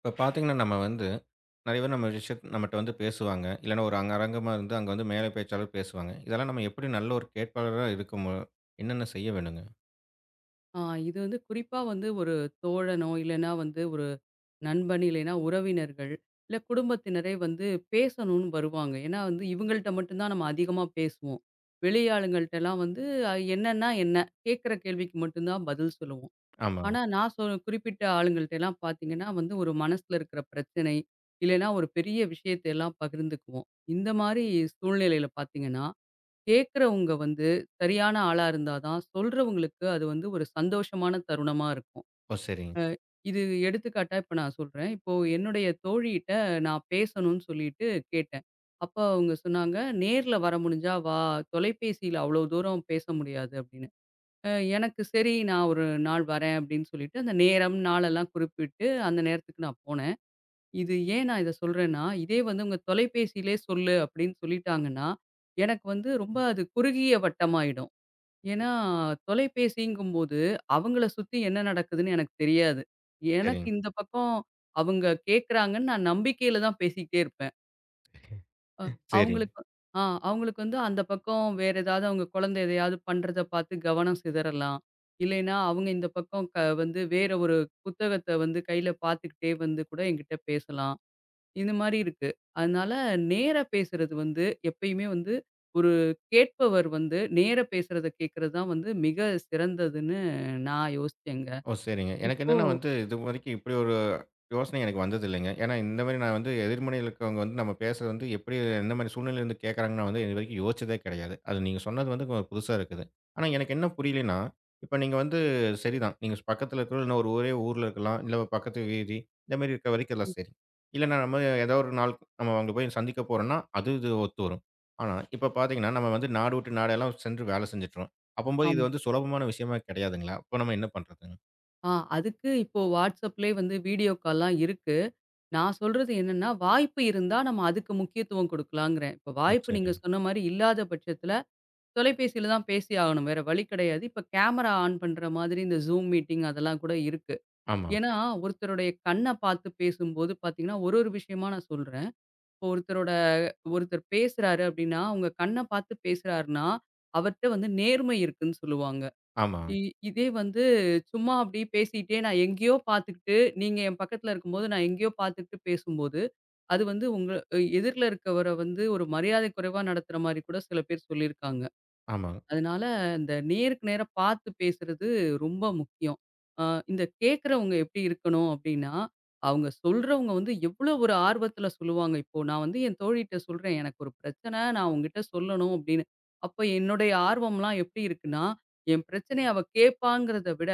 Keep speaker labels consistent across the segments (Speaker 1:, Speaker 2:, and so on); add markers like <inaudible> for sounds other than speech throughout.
Speaker 1: இப்ப பார்த்தீங்கன்னா, நம்ம வந்து நெறைய பேர் நம்ம நம்மட்ட வந்து பேசுவாங்க. இல்லன்னா ஒரு அங்க அரங்கமா இருந்து அங்க வந்து மேலை பேச்சாளர் பேசுவாங்க. இதெல்லாம் நம்ம எப்படி நல்ல ஒரு கேட்பாளரா இருக்க என்னென்ன செய்ய வேணுங்க?
Speaker 2: ஆ இது வந்து குறிப்பா வந்து ஒரு தோழனோ, இல்லன்னா வந்து ஒரு நண்பன், இல்லைன்னா உறவினர்கள், இல்ல குடும்பத்தினரே வந்து பேசணும்னு வருவாங்க. ஏன்னா வந்து இவங்கள்ட்ட மட்டும் தான் நம்ம அதிகமா பேசுவோம். வெளியாளுங்கள்ட்டலாம் வந்து என்னன்னா என்ன? கேட்குற கேள்விக்கு மட்டும் தான் பதில் சொல்லுவோம்.
Speaker 1: ஆமாங்க.
Speaker 2: ஆனா நான் சொ குறிப்பிட்ட ஆளுங்கள்ட்டலாம் பார்த்தீங்கன்னா வந்து ஒரு மனசுல இருக்கிற பிரச்சனை, இல்லைன்னா ஒரு பெரிய விஷயத்த எல்லாம் பகிர்ந்துக்குவோம். இந்த மாரி சூழ்நிலையில பார்த்தீங்கன்னா, கேட்கிறவங்க வந்து சரியான ஆளா இருந்தா தான், சொல்றவங்களுக்கு அது வந்து ஒரு சந்தோஷமான தருணமா இருக்கும்.
Speaker 1: ஓ! சரிங்க,
Speaker 2: அ இது எடுத்துக்காட்டா இப்ப நான் சொல்றேன். இப்போ என்னுடைய தோழியிட்ட நான் பேசணும்னு சொல்லிட்டு கேட்டேன். அப்ப அவங்க சொன்னாங்க, "நேர்ல வர முடிஞ்சா வா, தொலைபேசியில அவ்வளோ தூரம் பேச முடியாது" அப்படின்னு. அ எனக்கு சரி நான் ஒரு நாள் வரேன் அப்படின்னு சொல்லிட்டு, அந்த நேரம், நாளெல்லாம் குறிப்பிட்டு அந்த நேரத்துக்கு நான் போனேன். இது ஏன் நான் இத சொல்றேன்னா, இதே வந்து உங்க தொலைபேசியிலே சொல்லு அப்படின்னு சொல்லிட்டாங்கன்னா, எனக்கு வந்து ரொம்ப அது குறுகிய வட்டமாயிடும். ஏன்னா, தொலைபேசிங்கும்போது அவங்கள சுத்தி என்ன நடக்குதுன்னு எனக்கு தெரியாது. எனக்கு
Speaker 1: சரிங்க.
Speaker 2: இந்த பக்கம் அவங்க கேட்குறாங்கன்னு நான் நம்பிக்கையில தான் பேசிக்கிட்டே இருப்பேன். அ
Speaker 1: <laughs> சரிங்க.
Speaker 2: அவங்களுக்கு ஆ அவங்களுக்கு வந்து அந்த பக்கம் வேற ஏதாவது அவங்க குழந்தை எதையாவது பண்றத பார்த்து கவனம் சிதறலாம். இல்லைன்னா, அவங்க இந்த பக்கம் வந்து வேற ஒரு புத்தகத்த வந்து கையில பார்த்துக்கிட்டே வந்து கூட என்கிட்ட பேசலாம். இது மாரி இருக்கு. அதனால நேரா பேசுறது வந்து எப்பயுமே வந்து ஒரு கேட்பவர் வந்து நேரா பேசுறத கேட்கறது தான் வந்து மிக சிறந்ததுன்னு நான் யோசிச்சேங்க.
Speaker 1: ஓ! சரிங்க. எனக்கு
Speaker 2: இப்போ
Speaker 1: என்னன்னா வந்து இதுவரைக்கும் இப்படி ஒரு யோசனை எனக்கு வந்ததில்லைங்க. ஏன்னா இந்த மாரி நான் வந்து எதிர்முனையில இருக்கவங்க வந்து நம்ம பேசுறது வந்து எப்படி எந்த மாரி சூழ்நிலையில இருந்து கேட்கறாங்கன்னு நான் வந்து இதுவரைக்கும் யோசிச்சதே கிடையாது. அது நீங்க சொன்னது வந்து கொஞ்சம் புதுசா இருக்குது. ஆனா எனக்கு என்ன புரியலைன்னா, இப்ப நீங்க வந்து சரிதான். நீங்க பக்கத்துல இருக்கிற இல்ல ஒரு ஊர்ல இருக்கலாம். இல்ல பக்கத்து வீதி இந்த மாரி இருக்க வரைக்கும் எல்லாம் சரி. இல்லன்னா நம்ம ஏதோ ஒரு நாள் நம்ம அங்க போய் சந்திக்க போறோம்னா, அது இது ஒத்து வரும். ஆனா இப்ப பார்த்தீங்கன்னா, நம்ம வந்து நாடு விட்டு நாடெல்லாம் சென்று வேலை செஞ்சுட்டுறோம். அப்பம்போது இது
Speaker 2: ஆமா.
Speaker 1: வந்து சுலபமான விஷயமா கிடையாதுங்களா? அப்ப நம்ம என்ன பண்றதுங்க?
Speaker 2: ஆ அதுக்கு இப்போ WhatsAppலயே வந்து வீடியோ கால்லாம் இருக்கு. நான் சொல்றது என்னன்னா, வாய்ப்பு இருந்தா நம்ம அதுக்கு முக்கியத்துவம் குடுக்கலாங்கிறேன். இப்ப
Speaker 1: ஓ!
Speaker 2: வாய்ப்பு நீங்க
Speaker 1: சரிங்க.
Speaker 2: சொன்ன மாரி இல்லாத பட்சத்துல தொலைபேசியில தான் பேசி ஆகணும். வேற வழி கிடையாது. இப்ப கேமரா ஆன் பண்ற மாதிரி இந்த Zoom மீட்டிங் அதெல்லாம் கூட இருக்கு.
Speaker 1: ஆமா,
Speaker 2: ஏன்னா, ஒருத்தருடைய கண்ண பார்த்து பேசும்போது பார்த்தீங்கன்னா, ஒரு ஒரு விஷயமா நான் சொல்றேன். இப்போ ஒருத்தரோட ஒருத்தர் பேசுறாரு அப்டின்னா, அவங்க கண்ண பார்த்து பேசுறாருன்னா, அவர்ட்ட வந்து நேர்மை இருக்குன்னு சொல்லுவாங்க.
Speaker 1: ஆமா,
Speaker 2: இ இதே வந்து சும்மா அப்டியே பேசிட்டே நான் எங்கேயோ பார்த்துக்கிட்டு, நீங்க என் பக்கத்துல இருக்கும்போது நான் எங்கேயோ பார்த்துக்கிட்டு பேசும்போது, அது வந்து உங்க எதிர்ல இருக்கவர வந்து ஒரு மரியாதை குறைவா நடத்துற மாரி கூட சில பேர் சொல்லியிருக்காங்க.
Speaker 1: ஆமா.
Speaker 2: அதனால இந்த நேருக்கு நேரா பார்த்து பேசுறது ரொம்ப முக்கியம். அ இந்த கேட்கிறவங்க எப்படி இருக்கணும் அப்படின்னா, அவங்க சொல்றவங்க வந்து எவ்வளோ ஒரு ஆர்வத்துல சொல்லுவாங்க. இப்போ நான் வந்து என் தோழிட்ட சொல்றேன், "எனக்கு ஒரு பிரச்சனை. நான் உன்கிட்ட சொல்லணும்" அப்படின்னு. அப்ப என்னுடைய ஆர்வம்லாம் எப்படி இருக்குன்னா, என் பிரச்சனைய அவ கேட்பாங்கிறத விட,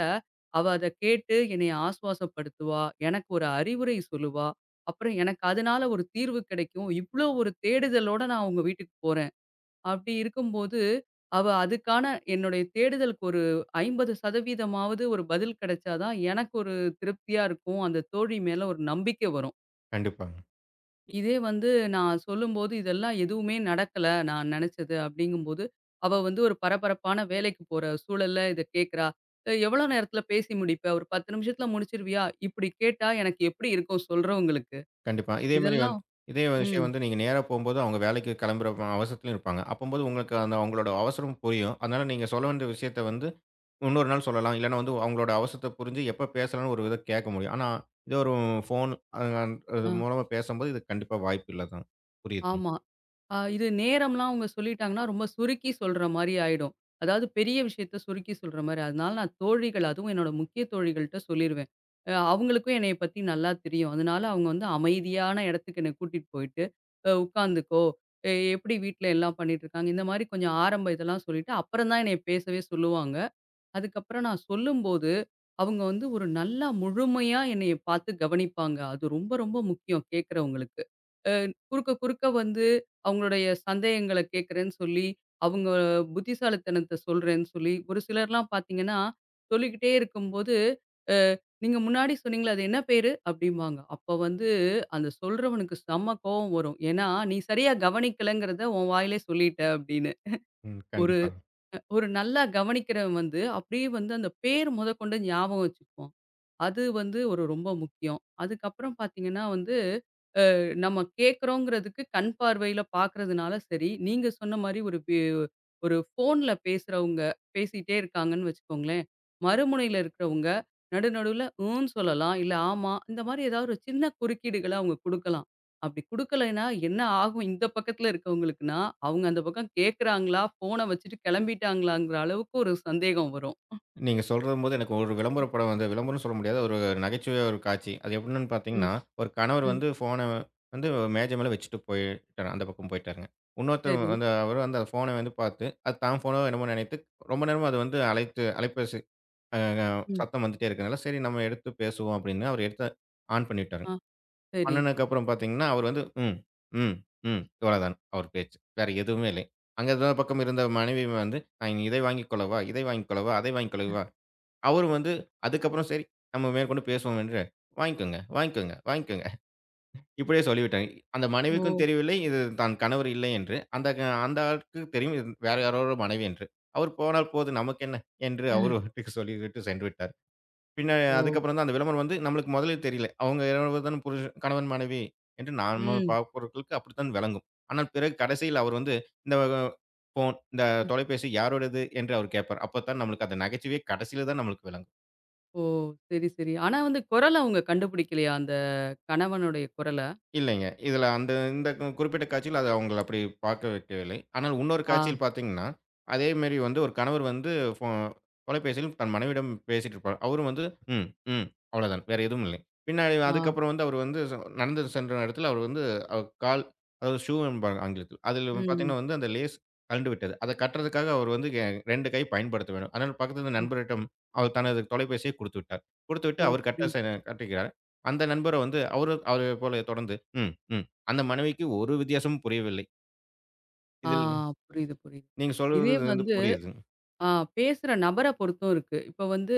Speaker 2: அவ அத கேட்டு என்னைய ஆசுவாசப்படுத்துவா. எனக்கு ஒரு அறிவுரை சொல்லுவா. அப்புறம் எனக்கு அதனால ஒரு தீர்வு கிடைக்கும். இவ்ளோ ஒரு தேடுதலோட நான் அவங்க வீட்டுக்கு போறேன். அப்படி இருக்கும்போது, அவ அதுக்கான என்னுடைய தேடுதலுக்கு ஒரு 50% ஒரு பதில் கிடைச்சா தான் எனக்கு ஒரு திருப்தியா இருக்கும். அந்த தோழி மேல ஒரு நம்பிக்கை வரும்.
Speaker 1: கண்டிப்பாங்க. இ
Speaker 2: இதே வந்து நான் சொல்லும்போது, "இதெல்லாம் எதுவுமே நடக்கல நான் நினைச்சது" அப்படிங்கும்போது, அவ வந்து ஒரு பரபரப்பான வேலைக்கு போற சூழல்ல இத கேட்கிறா. எவ்வளோ நேரத்தில பேசி முடிப்ப? ஒரு 10 நிமிஷத்தில முடிச்சிருவியா?" இப்படி கேட்டா எனக்கு எப்படி இருக்கும் சொல்றவங்களுக்கு?
Speaker 1: கண்டிப்பா. இதே மாரி
Speaker 2: இதெல்லாம்
Speaker 1: வந்து இதே விஷயம்
Speaker 2: ம்.
Speaker 1: வந்து நீங்க நேரா போம்போது அவங்க வேலைக்கு கிளம்புற அவசரத்திலயும் இருப்பாங்க. அப்பம்போது உங்களுக்கு அந்த அவங்களோட அவசரம் புரியும். அதனால நீங்க சொல்ல வேண்டிய விஷயத்த வந்து இன்னொரு நாள் சொல்லலாம். இல்லன்னா வந்து அவங்களோட அவசரத்த புரிஞ்சு எப்ப பேசலாம்னு ஒரு வித கேட்க முடியும். ஆனா இது ஒரு ஃபோன் அது
Speaker 2: அ
Speaker 1: மூலமா பேசும்போது இது கண்டிப்பா வாய்ப்பு இல்ல தான். புரியுதுங்க.
Speaker 2: ஆமா. இது நேரம்லாம் அவங்க சொல்லிட்டாங்கன்னா, ரொம்ப சுருக்கி சொல்ற மாரி ஆயிடும். அதாவது பெரிய விஷயத்த சுருக்கி சொல்ற மாரி. அதனால நான் தோழிகள் அதுவும் என்னோட முக்கிய தோழிகள்ட்ட சொல்லிருவேன். அவங்களுக்கும் என்னைய பத்தி நல்லா தெரியும். அதனால அவங்க வந்து அமைதியான இடத்துக்கு என்ன கூட்டிட்டு போயிட்டு, உட்காந்துக்கோ, எப்படி வீட்ல எல்லாம் பண்ணிட்டுருக்காங்க, இந்த மாரி கொஞ்சம் ஆரம்ப இதெல்லாம் சொல்லிட்டு, அப்புறம் தான் என்னைய பேசவே சொல்லுவாங்க. அதுக்கப்புறம் நான் சொல்லும்போது, அவங்க வந்து ஒரு நல்லா முழுமையா என்னைய பார்த்து கவனிப்பாங்க. அது ரொம்ப, ரொம்ப முக்கியம் கேட்கிறவங்களுக்கு. அ குறுக்க, குறுக்க வந்து அவங்களுடைய சந்தேகங்கள கேட்கிறேன்னு சொல்லி, அவங்க புத்திசாலித்தனத்த சொல்றேன்னு சொல்லி, ஒரு சிலர்லாம் பார்த்தீங்கன்னா, சொல்லிக்கிட்டே இருக்கும்போது, அ "நீங்க முன்னாடி சொன்னீங்களே அது என்ன பேரு?" அப்படிம்பாங்க. அப்ப வந்து அந்த சொல்றவனுக்கு செம்ம கோவம் வரும். ஏன்னா, "நீ சரியா கவனிக்கலங்கிறத உன் வாயிலே சொல்லிட்ட" அப்படின்னு.
Speaker 1: ம்.
Speaker 2: ஒரு
Speaker 1: கண்டிப்பா.
Speaker 2: ஒரு நல்லா கவனிக்கிறவன் வந்து, அப்படியே வந்து அந்த பேர் முதற்கொண்டு ஞாபகம் வச்சுக்குவான். அது வந்து ஒரு ரொம்ப முக்கியம். அதுக்கப்புறம் பார்த்தீங்கன்னா வந்து நம்ம கேட்குறோங்கிறதுக்கு கண் பார்வையில பார்க்கறதுனால சரி. நீங்க சொன்ன மாரி ஒரு ஃபோன்ல பேசுறவங்க, பேசிட்டே இருக்காங்கன்னு வச்சுக்கோங்களேன். மறுமுனையில இருக்கிறவங்க நடு நடுவுல ம்ன்னு சொல்லலாம். இல்ல ஆமா. இந்த மாரி ஏதாவது ஒரு சின்ன குறுக்கீடுகள அவங்க குடுக்கலாம். அப்படி குடுக்கலைன்னா என்ன ஆகும் இந்த பக்கத்துல இருக்கவங்களுக்குன்னா, அவங்க அந்த பக்கம் கேட்கறாங்களா? ஃபோன வச்சுட்டு கிளம்பிட்டாங்களாங்கிற அளவுக்கு ஒரு சந்தேகம் வரும்.
Speaker 1: நீங்க சொல்லும்போது எனக்கு ஒரு விளம்பர படம் வந்து விளம்பரம்னு சொல்ல முடியாது. ஒரு நகைச்சுவை ஒரு காட்சி. அது எப்படின்னு
Speaker 2: ம்,
Speaker 1: பார்த்தீங்கன்னா, ஒரு கணவர்
Speaker 2: ம்.
Speaker 1: வந்து ஃபோன வந்து மேஜை மேல வச்சுட்டு போயிட்டாரு. அந்த பக்கம் போயிட்டாருங்க. இன்னொருத்தர்
Speaker 2: சரி.
Speaker 1: வந்து அவரு வந்து அந்த ஃபோன வந்து பார்த்து, அது தான் ஃபோனோ என்னமோ நினைத்து ரொம்ப நேரமா அது வந்து அழைத்து அலைபேசி அ
Speaker 2: ம்.
Speaker 1: சத்தம் வந்துட்டே இருக்கனால, சரி நம்ம எடுத்து பேசுவோம் அப்படின்னு அவர் எடுத்து ஆன் பண்ணி விட்டாருங்க.
Speaker 2: ஆ சரி.
Speaker 1: பண்ணுனதுக்கப்புறம் பார்த்தீங்கன்னா, அவர் வந்து ம், ம், ம் இவ்வளோதான் அவர் பேச்சு. வேற எதுவுமே இல்லை. அங்க இன்னொரு பக்கம் இருந்த மனைவி வந்து, நான் இதை வாங்கிக் கொள்ளவா? இதை வாங்கிக் கொள்ளவா? அதை வாங்கிக் கொள்ளவா? அவரும் வந்து அதுக்கப்புறம் சரி, நம்ம மேற்கொண்டு பேசுவோம் என்று, "வாங்கிக்கோங்க, வாங்கிக்கோங்க, வாங்கிக்கோங்க." இப்படியே சொல்லிவிட்டாங்க. அந்த மனைவிக்கும்
Speaker 2: ஓ!
Speaker 1: தெரியவில்லை, இது தன் கணவர் இல்லை என்று. அந்த ஆளுக்கு தெரியும், இது வேற யாரோட மனைவி என்று. அவர் போனால் போது நமக்கென்ன என்று அவரு
Speaker 2: அ.
Speaker 1: பாட்டுக்கு சொல்லிவிட்டு சென்று விட்டார். பின்ன
Speaker 2: ஓ!
Speaker 1: அதுக்கப்புறம் தான் அந்த விளம்பரம் வந்து நம்மளுக்கு முதலில் தெரியல. அவங்க 2 பேரும் தான புருஷன் கணவன், மனைவி என்று நாம
Speaker 2: ம். ம்.
Speaker 1: பார்ப்பவர்களுக்கு அப்படித்தான் விளங்கும். ஆனால் பிறகு கடைசியில் அவர் வந்து இந்த ஃபோன், இந்த தொலைபேசி யாருடையது என்று அவர் கேட்பார். அப்பத்தான் நம்மளுக்கு அந்த நகைச்சுவையே கடைசியில தான் நம்மளுக்கு விளங்கும்.
Speaker 2: ஓ! சரி, சரி. ஆனா வந்து குரல அவங்க கண்டுபிடிக்கலையா? அந்த கணவனுடைய குரல?
Speaker 1: இல்லைங்க. இதுல அந்த இந்த குறிப்பிட்ட காட்சியில அத அவங்கள அப்படி பார்க்க வைக்கவில்லை. ஆனால் இன்னொரு
Speaker 2: ஆ,
Speaker 1: காட்சியில் பார்த்தீங்கன்னா, அதே மாரி வந்து ஒரு கணவர் வந்து ஃபோ தொலைபேசியில் தன் மனைவியிடம் பேசிட்டு இருப்பார். அவரும் வந்து ம், ம் அவ்வளோதான். வேற எதுவும் இல்லை. பின்னாடி
Speaker 2: ஆ.
Speaker 1: அதுக்கப்புறம் வந்து அவர் வந்து நடந்து சென்ற இடத்துல அவர் வந்து அவ கால் அதாவது ஷூ என்பாங்க ஆங்கிலத்தில். அதில
Speaker 2: ம்,
Speaker 1: பார்த்தீங்கன்னா வந்து அந்த லேஸ் கழண்டு விட்டது. அத கட்டுறதுக்காக அவர் வந்து 2 கை பயன்படுத்த வேண்டும். அதனால பக்கத்தில இருந்த
Speaker 2: ம்.
Speaker 1: நண்பரிடம் அவர் தனது தொலைபேசியை குடுத்துவிட்டார். குடுத்துவிட்டு
Speaker 2: ஓ!
Speaker 1: அவர்
Speaker 2: புரியுது.
Speaker 1: கட்டுகிறார். அந்த நண்பர வந்து அவரு அவர போல தொடர்ந்து, ம், ம். அந்த மனைவிக்கு ஒரு வித்தியாசமும் புரியவில்லை.
Speaker 2: ஆ
Speaker 1: இதில்
Speaker 2: புரியுது, புரியுது.
Speaker 1: நீங்க
Speaker 2: இதே
Speaker 1: சொல்வது வந்து
Speaker 2: வந்து
Speaker 1: புரியுது.
Speaker 2: ஆ பேசுற நபர பொறுத்தும் இருக்கு. இப்ப வந்து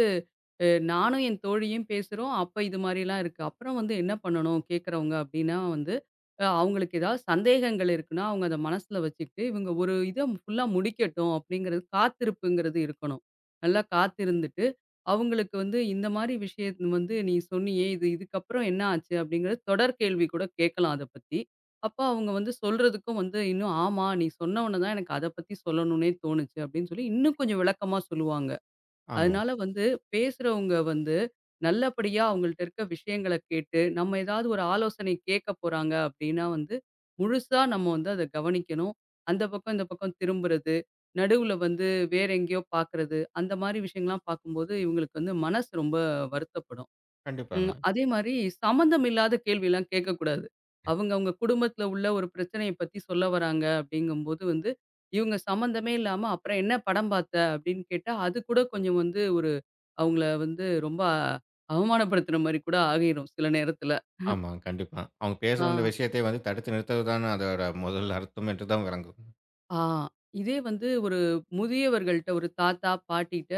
Speaker 2: நானும் என் தோழியும் பேசுறோம். அப்ப இது மாரிலாம் இருக்கு. அப்புறம் வந்து என்ன பண்ணணும் கேட்கறவங்க அப்டின்னா வந்து, அவங்களுக்கு ஏதாவது சந்தேகங்கள் இருக்குன்னா, அவங்க அத மனசுல வச்சுக்கிட்டு, இவங்க ஒரு இத ஃபுல்லா முடிக்கட்டும் அப்டிங்கிறது காத்திருப்புங்கிறது இருக்கணும். நல்லா காத்திருந்துட்டு, அவங்களுக்கு வந்து இந்த மாரி விஷயம் வந்து நீ சொன்னியே, இது இதுக்கப்புறம் என்ன ஆச்சு? அப்டிங்கிறது தொடர் கேள்வி கூட கேட்கலாம் அத பத்தி. அப்ப அவங்க வந்து சொல்றதுக்கும் வந்து இன்னும் ஆமா, நீ சொன்ன உடனே தான் எனக்கு அத பத்தி சொல்லணும்னே தோணுச்சு அப்படின்னு சொல்லி இன்னும் கொஞ்சம் விளக்கமா சொல்லுவாங்க.
Speaker 1: ஆமா.
Speaker 2: அதனால வந்து பேசுறவங்க வந்து நல்லபடியா அவங்கள்ட்ட இருக்க விஷயங்கள கேட்டு, நம்ம ஏதாவது ஒரு ஆலோசனை கேட்க போறாங்க அப்படின்னா வந்து, முழுசா நம்ம வந்து அத கவனிக்கணும். அந்த பக்கம் இந்த பக்கம் திரும்புறது, நடுவுல வந்து வேற எங்கேயோ பார்க்கறது, அந்த மாரி விஷயங்கள்லாம் பார்க்கும்போது இவங்களுக்கு வந்து மனசு ரொம்ப வருத்தப்படும். ம்.
Speaker 1: கண்டிப்பாங்க.
Speaker 2: அதே மாரி சம்மந்தம் இல்லாத கேள்விலாம் கேட்கக்கூடாது. அவங்க, அவங்க குடும்பத்தில உள்ள ஒரு பிரச்சனைய பத்தி சொல்ல வராங்க அப்படிங்கும்போது வந்து, இவங்க சம்மந்தமே இல்லாம, "அப்புறம் என்ன படம் பார்த்த?" அப்படின்னு கேட்டா, அது கூட கொஞ்சம் வந்து ஒரு அவங்கள வந்து ரொம்ப அவமானப்படுத்துற மாரி கூட ஆகிரும் சில நேரத்தில.
Speaker 1: ஆமா, கண்டிப்பா. அவங்க பேச
Speaker 2: ஆ,
Speaker 1: வந்த விஷயத்தை வந்து தடுத்து நிறுத்துவது தான அதோட முதல் அர்த்தம் என்று தான் விளங்கும்.
Speaker 2: ஆ. இதே வந்து ஒரு முதியவர்கள்ட்ட ஒரு தாத்தா, பாட்டிட்ட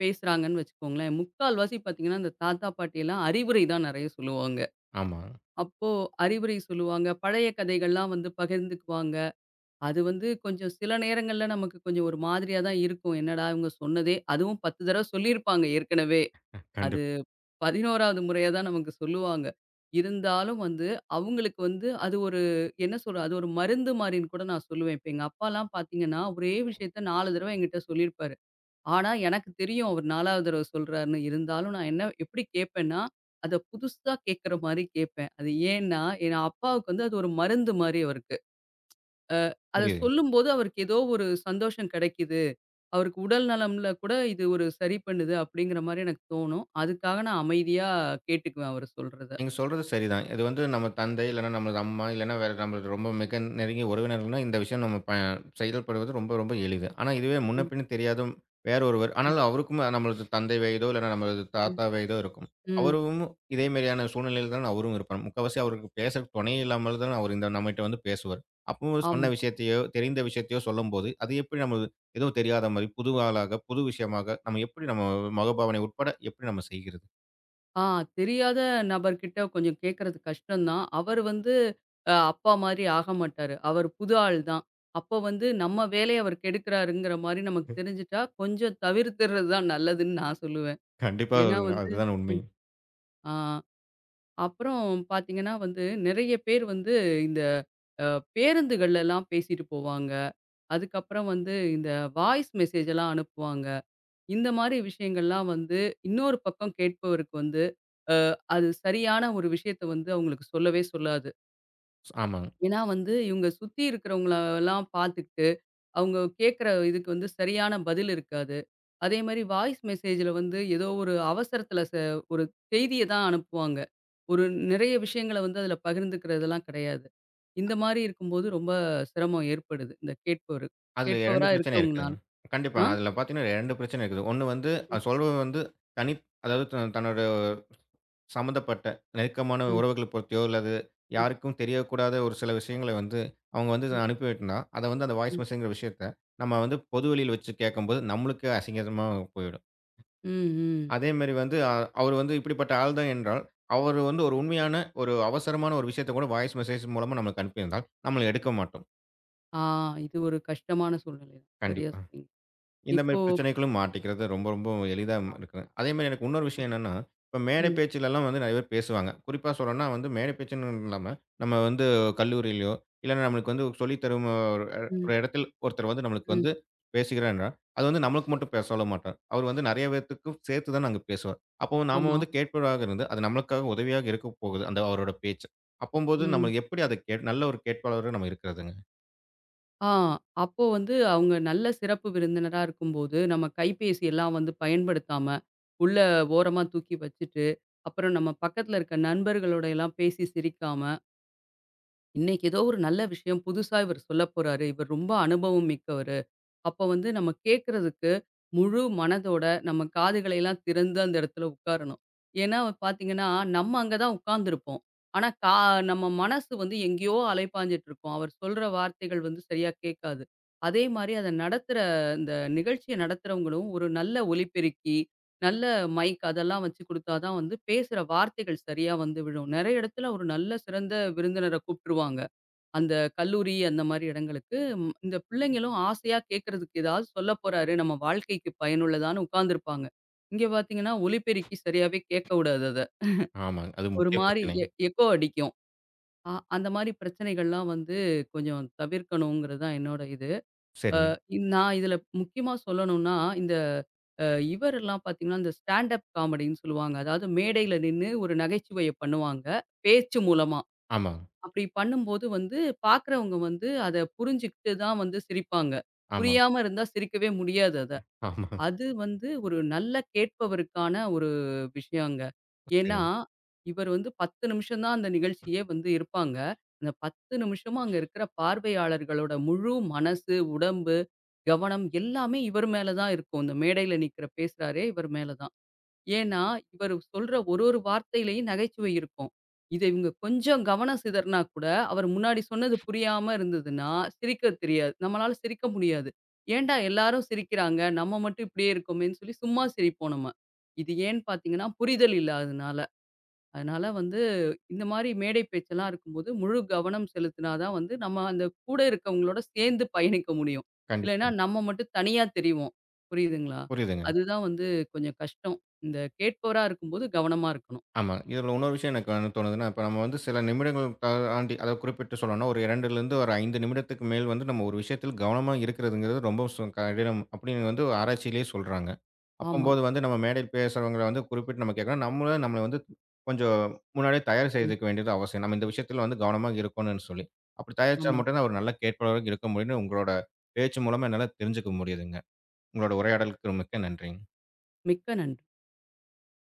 Speaker 2: பேசுறாங்கன்னு வச்சுக்கோங்களேன், முக்கால்வாசி பார்த்தீங்கன்னா, அந்த தாத்தா, பாட்டியெல்லாம் அறிவுரை தான் நெறைய சொல்லுவாங்க.
Speaker 1: ஆமா.
Speaker 2: அப்போ அறிவுரை சொல்லுவாங்க. பழைய கதைகள்லாம் வந்து பகிர்ந்துக்குவாங்க. அது வந்து கொஞ்சம் சில நேரங்கள்ல நமக்கு கொஞ்சம் ஒரு மாதிரியா தான் இருக்கும். என்னடா இவங்க சொன்னதே அதுவும் 10 தடவ சொல்லியிருப்பாங்க ஏற்கனவே. அது
Speaker 1: கண்டிப்
Speaker 2: 11வது முறையா தான் நமக்கு சொல்லுவாங்க. இருந்தாலும் வந்து அவங்களுக்கு வந்து அது ஒரு என்ன சொல்றது? அது ஒரு மருந்து மாரின்னு கூட நான் சொல்லுவேன். இப்ப எங்க அப்பாலாம் பார்த்தீங்கன்னா, ஒரே விஷயத்த 4 தடவ என்கிட்ட சொல்லியிருப்பாரு. ஆனா, எனக்கு தெரியும் அவர் 4வது தடவ சொல்றாருன்னு. இருந்தாலும் நான் என்ன எப்படி கேட்பேன்னா, அத புதுசா கேட்கிற மாரி கேட்பேன். அது ஏன்னா, என் அப்பாவுக்கு வந்து அது ஒரு மருந்து மாரி அவருக்கு. அத
Speaker 1: புரியுதுங்க.
Speaker 2: சொல்லும்போது அவருக்கு ஏதோ ஒரு சந்தோஷம் கிடைக்குது. அவருக்கு உடல் நலம்ல கூட இது ஒரு சரி பண்ணுது அப்படிங்கிற மாரி எனக்கு தோணும். அதுக்காக நான் அமைதியா கேட்டுக்குவேன் அவரு சொல்றத.
Speaker 1: நீங்க சொல்றது சரிதான். இது வந்து நம்ம தந்தை, இல்லன்னா நம்மளது அம்மா, இல்லன்னா வேற நம்மளது ரொம்ப மிக நெருங்கிய உறவினர்கள்னா, இந்த விஷயம் நம்ம ப செயல்படுவது ரொம்ப ரொம்ப எளிது. ஆனா இதுவே முன்ன
Speaker 2: ம்,
Speaker 1: பின்ன தெரியாத வேற ஒருவர்
Speaker 2: ம்,
Speaker 1: ஆனாலும் அவருக்கும் நம்மளது தந்தை வயதோ, இல்லன்னா நம்மளது
Speaker 2: ம்,
Speaker 1: தாத்தா வயதோ இருக்கும்.
Speaker 2: ம்.
Speaker 1: அவரும் இதே மாரியான சூழ்நிலையில தான் அவரும் இருப்பார். முக்காவாசி அவருக்கு பேச துணை இல்லாமல் தான் அவர் இந்த நம்மகிட்ட வந்து பேசுவார். அப்போ சொன்ன
Speaker 2: ஆமா.
Speaker 1: விஷயத்தையோ, தெரிந்த விஷயத்தையோ சொல்லும்போது, அது எப்படி நம்ம எதுவும் தெரியாத மாரி, புது ஆளாக, புது விஷயமாக, நம்ம எப்படி நம்ம முகபாவனை உட்பட எப்படி நம்ம செய்கிறது?
Speaker 2: ஆ தெரியாத நபர்கிட்ட கொஞ்சம் கேட்கறது கஷ்டம்தான். அவர் வந்து அப்பா மாரி ஆக மாட்டாரு. அவர் புது ஆள் தான். அப்ப வந்து நம்ம வேலைய அவர் கெடுக்கிறாருங்கிற மாரி நமக்கு தெரிஞ்சுட்டா, கொஞ்சம் தவிர்த்துறது தான் நல்லதுன்னு நான் சொல்லுவேன்.
Speaker 1: கண்டிப்பா
Speaker 2: ஏன்னா வந்து
Speaker 1: அதுதான் உண்மை.
Speaker 2: ம். ஆ அப்புறம் பார்த்தீங்கன்னா வந்து, நெறைய பேர் வந்து இந்த அ பேருந்துகள்லலாம் பேசிட்டு போவாங்க. அதுக்கப்புறம் வந்து இந்த வாய்ஸ் மெசேஜ் எல்லாம் அனுப்புவாங்க. இந்த மாரி விஷயங்கள்லாம் வந்து, இன்னொரு பக்கம் கேட்பவருக்கு வந்து, அ அது சரியான ஒரு விஷயத்த வந்து அவங்களுக்கு சொல்லவே சொல்லாது.
Speaker 1: ஆமாங்க.
Speaker 2: ஏன்னா வந்து இவங்க சுத்தி இருக்கிறவங்களலாம் பார்த்துக்கிட்டு, அவங்க கேட்குற இதுக்கு வந்து சரியான பதில் இருக்காது. அதே மாரி வாய்ஸ் மெசேஜில வந்து ஏதோ ஒரு அவசரத்தில ஒரு செய்திய தான் அனுப்புவாங்க. ஒரு நிறைய விஷயங்கள வந்து அதில பகிர்ந்துக்கிறதெல்லாம் கிடையாது. இந்த மாரி இருக்கும்போது ரொம்ப சிரமம் ஏற்படுது. இந்த கேட்பவரு
Speaker 1: அதுல 2
Speaker 2: கேட்பவரா
Speaker 1: பிரச்சனை
Speaker 2: இருக்கவங்கனால.
Speaker 1: இருக்குதுங்க.
Speaker 2: ஆ.
Speaker 1: கண்டிப்பாங்க. அதுல பாத்தீங்கன்னா 2 பிரச்சனை இருக்குது. ஒண்ணு வந்து
Speaker 2: ம்,
Speaker 1: அது சொல்பவன் வந்து தனி அதாவது தன்னோட சம்மந்தப்பட்ட நெருக்கமான
Speaker 2: ம்,
Speaker 1: உறவுகள பொறுத்தியோ, அல்லது
Speaker 2: ம்,
Speaker 1: யாருக்கும் தெரியக்கூடாத ஒரு சில விஷயங்கள வந்து அவங்க வந்து
Speaker 2: ம்,
Speaker 1: அனுப்பி விட்டுருந்தா, அத வந்து அந்த வாய்ஸ்
Speaker 2: ம்,
Speaker 1: மெசேஜ்ங்கிற விஷயத்த நம்ம வந்து பொது வெளியில வச்சு கேட்கும்போது நம்மளுக்கே அசிங்கமா போயிடும்.
Speaker 2: ம்.
Speaker 1: அதேமாரி வந்து அவரு வந்து இப்படிப்பட்ட ஆள் தான் என்றால், அவரு வந்து ஒரு உண்மையான ஒரு அவசரமான ஒரு விஷயத்த கூட வாய்ஸ் மெசேஜ் மூலமா நம்மளுக்கு அனுப்பியிருந்தால், நம்மள எடுக்க மாட்டோம்.
Speaker 2: ஆ இது ஒரு கஷ்டமான சூழ்நிலை. தான். சரியா
Speaker 1: கண்டிப்பா.
Speaker 2: சொன்னீங்க.
Speaker 1: இந்த மாரி
Speaker 2: இப்போ
Speaker 1: பிரச்சனைகளும் மாட்டிக்கிறது ரொம்ப, ரொம்ப எளிதா இருக்கு. அதேமாரி எனக்கு இன்னொரு விஷயம் என்னன்னா, இப்ப மேடை
Speaker 2: ம்,
Speaker 1: பேச்சுலலாம் வந்து நெறைய பேர் பேசுவாங்க. குறிப்பா சொல்லணும்னா வந்து மேடை பேச்சுன்னு இல்லாம, நம்ம வந்து கல்லூரியிலயோ, இல்லன்னா நம்மளுக்கு வந்து சொல்லி தரும்
Speaker 2: ம்,
Speaker 1: ஒரு இடத்தில் ஒருத்தர் வந்து நம்மளுக்கு
Speaker 2: ம்.
Speaker 1: வந்து பேசுகிறார்ன்னா, அது வந்து நம்மளுக்கு மட்டும் பேச சொல்ல மாட்டார். அவர் வந்து நெறைய பேத்துக்கும் சேர்த்து தான் அங்க பேசுவார். அப்போ நாம
Speaker 2: ஆமா.
Speaker 1: வந்து கேட்பவராக இருந்து, அது நம்மளுக்காக உதவியாக இருக்கப் போகுது, அந்த அவரோட பேச்சு. அப்பம்போது நம்ம
Speaker 2: ம்.
Speaker 1: எப்படி அத கே நல்ல ஒரு கேட்பாளரா நம்ம இருக்கிறதுங்க?
Speaker 2: ஆ அப்போ வந்து அவங்க நல்ல சிறப்பு விருந்தினரா இருக்கும்போது, நம்ம கைபேசி எல்லாம் வந்து பயன்படுத்தாம, உள்ள ஓரமா தூக்கி வச்சுட்டு, அப்புறம் நம்ம பக்கத்துல இருக்க நண்பர்களோட எல்லாம் பேசி சிரிக்காம, இன்னைக்கு ஏதோ ஒரு நல்ல விஷயம் புதுசா இவர் சொல்லப்போறாரு. இவர் ரொம்ப அனுபவம் மிக்கவர். அப்போ வந்து நம்ம கேட்கறதுக்கு முழு மனதோட நம்ம காதுகளை எல்லாம் திறந்து அந்த இடத்துல உட்காரணும். ஏன்னா பார்த்தீங்கன்னா, நம்ம அங்க தான் உட்கார்ந்துருப்போம். ஆனா நம்ம மனசு வந்து எங்கேயோ அலைப்பாஞ்சுட்டு இருக்கும். அவர் சொல்ற வார்த்தைகள் வந்து சரியா கேட்காது. அதே மாரி அத நடத்துற இந்த நிகழ்ச்சிய நடத்துறவங்களும் ஒரு நல்ல ஒலிபெருக்கி, நல்ல மைக் அதெல்லாம் வச்சு குடுத்தா தான் வந்து பேசுற வார்த்தைகள் சரியா வந்து விழும். நெறைய இடத்துல ஒரு நல்ல சிறந்த விருந்தினர கூப்ட்டுருவாங்க. அந்த கல்லூரி அந்த மாரி இடங்களுக்கு, ம் இந்த பிள்ளைங்களும் ஆசையா கேட்கறதுக்கு ஏதாவது சொல்லப் போறாரு, நம்ம வாழ்க்கைக்கு பயனுள்ளதான்னு உட்கார்ந்திருப்பாங்க. இங்க பார்த்தீங்கன்னா, ஒலிபெருக்கி சரியாவே கேட்க விடாது அத.
Speaker 1: ஆமாங்க. அது
Speaker 2: ஒரு
Speaker 1: முக்கிய
Speaker 2: மாரி
Speaker 1: பிரச்சனை.
Speaker 2: எக்கோ அடிக்கும். அந்த மாரி பிரச்சனைகள்லாம் வந்து கொஞ்சம் தவிர்க்கணுங்கிறது தான் என்னோட இது.
Speaker 1: சரிங்க.
Speaker 2: நான் இதுல முக்கியமா சொல்லணும்னா, இந்த அ இவரெல்லாம் பார்த்தீங்கன்னா, இந்த ஸ்டாண்ட் அப் காமெடின்னு சொல்லுவாங்க. அதாவது மேடையில நின்னு ஒரு நகைச்சுவைய பண்ணுவாங்க, பேச்சு மூலமா.
Speaker 1: ஆமாங்க.
Speaker 2: அப்படி பண்ணும்போது வந்து பார்க்குறவங்க வந்து அத புரிஞ்சுகிட்டு தான் வந்து சிரிப்பாங்க.
Speaker 1: ஆமா,
Speaker 2: புரியாம இருந்தா சிரிக்கவே முடியாது அத.
Speaker 1: ஆமா.
Speaker 2: அது வந்து ஒரு நல்ல கேட்பவருக்கான ஒரு விஷயங்க. ஏன்னா,
Speaker 1: சரிங்க.
Speaker 2: இவர் வந்து 10 நிமிஷம் தான் அந்த நிகழ்ச்சியே வந்து இருப்பாங்க. அந்த 10 நிமிஷமும் அங்க இருக்கிற பார்வையாளர்களோட முழு மனசு, உடம்பு, கவனம் எல்லாமே இவர் மேல தான் இருக்கும். இந்த மேடையில நிக்கிற பேசுறாரே இவர் மேல தான். ஏன்னா, இவரு சொல்ற ஒரு ஒரு வார்த்தையிலயும் நகைச்சுவை இருக்கும். இத இவங்க கொஞ்சம் கவனம் சிதறினா கூட, அவர் முன்னாடி சொன்னது புரியாம இருந்ததுன்னா, சிரிக்க தெரியாது. நம்மளால சிரிக்க முடியாது. ஏன்டா எல்லாரும் சிரிக்கிறாங்க, நம்ம மட்டும் இப்படியே இருக்கோமேன்னு சொல்லி சும்மா சிரிப்போம் நம்ம. இது ஏன்னு பார்த்தீங்கன்னா, புரிதல் இல்லாததுனால. அதனால வந்து இந்த மாரி மேடை பேச்செல்லாம் இருக்கும்போது, முழு கவனம் செலுத்தினா தான் வந்து நம்ம அந்த கூட இருக்கவங்களோட சேர்ந்து பயணிக்க முடியும். இல்லைன்னா
Speaker 1: கண்டிப்பாங்க.
Speaker 2: நம்ம மட்டும் தனியா தெரிவோம். புரியுதுங்களா?
Speaker 1: புரியுதுங்க.
Speaker 2: அதுதான் வந்து கொஞ்சம் கஷ்டம். இந்த கேட்பவரா இருக்கும்போது கவனமா இருக்கணும்.
Speaker 1: ஆமா. இதுல இன்னொரு விஷயம் எனக்கு வந்து தோணுதுன்னா, இப்ப நம்ம வந்து சில நிமிடங்கள் தாண்டி அதாவது குறிப்பிட்டு சொல்லணும்னா, ஒரு 2லருந்து ஒரு 5 நிமிடத்துக்கு மேல் வந்து நம்ம ஒரு விஷயத்தில் கவனமா இருக்கிறதுங்கிறது ரொம்ப கடினம் அப்படின்னு வந்து ஆராய்ச்சியிலேயே சொல்றாங்க.
Speaker 2: ஆமா.
Speaker 1: அப்பம்போது வந்து நம்ம மேடையில் பேசுறவங்கள வந்து குறிப்பிட்டு நம்ம கேட்கணும். நம்மளும் நம்மள வந்து கொஞ்சம் முன்னாடியே தயார்
Speaker 2: ம்.
Speaker 1: செய்துக்க வேண்டியது அவசியம். நம்ம இந்த விஷயத்துல வந்து கவனமா இருக்கணும்னு சொல்லி. அப்படி தயாரிச்சா
Speaker 2: ஆமா.
Speaker 1: மட்டும் தான் ஒரு நல்ல கேட்பவராக இருக்க முடியும்னு உங்களோட பேச்சு மூலமா என்னால தெரிஞ்சுக்க முடியுதுங்க. உங்களோட உரையாடலுக்கு மிக்க நன்றிங்க.
Speaker 2: மிக்க நன்றி.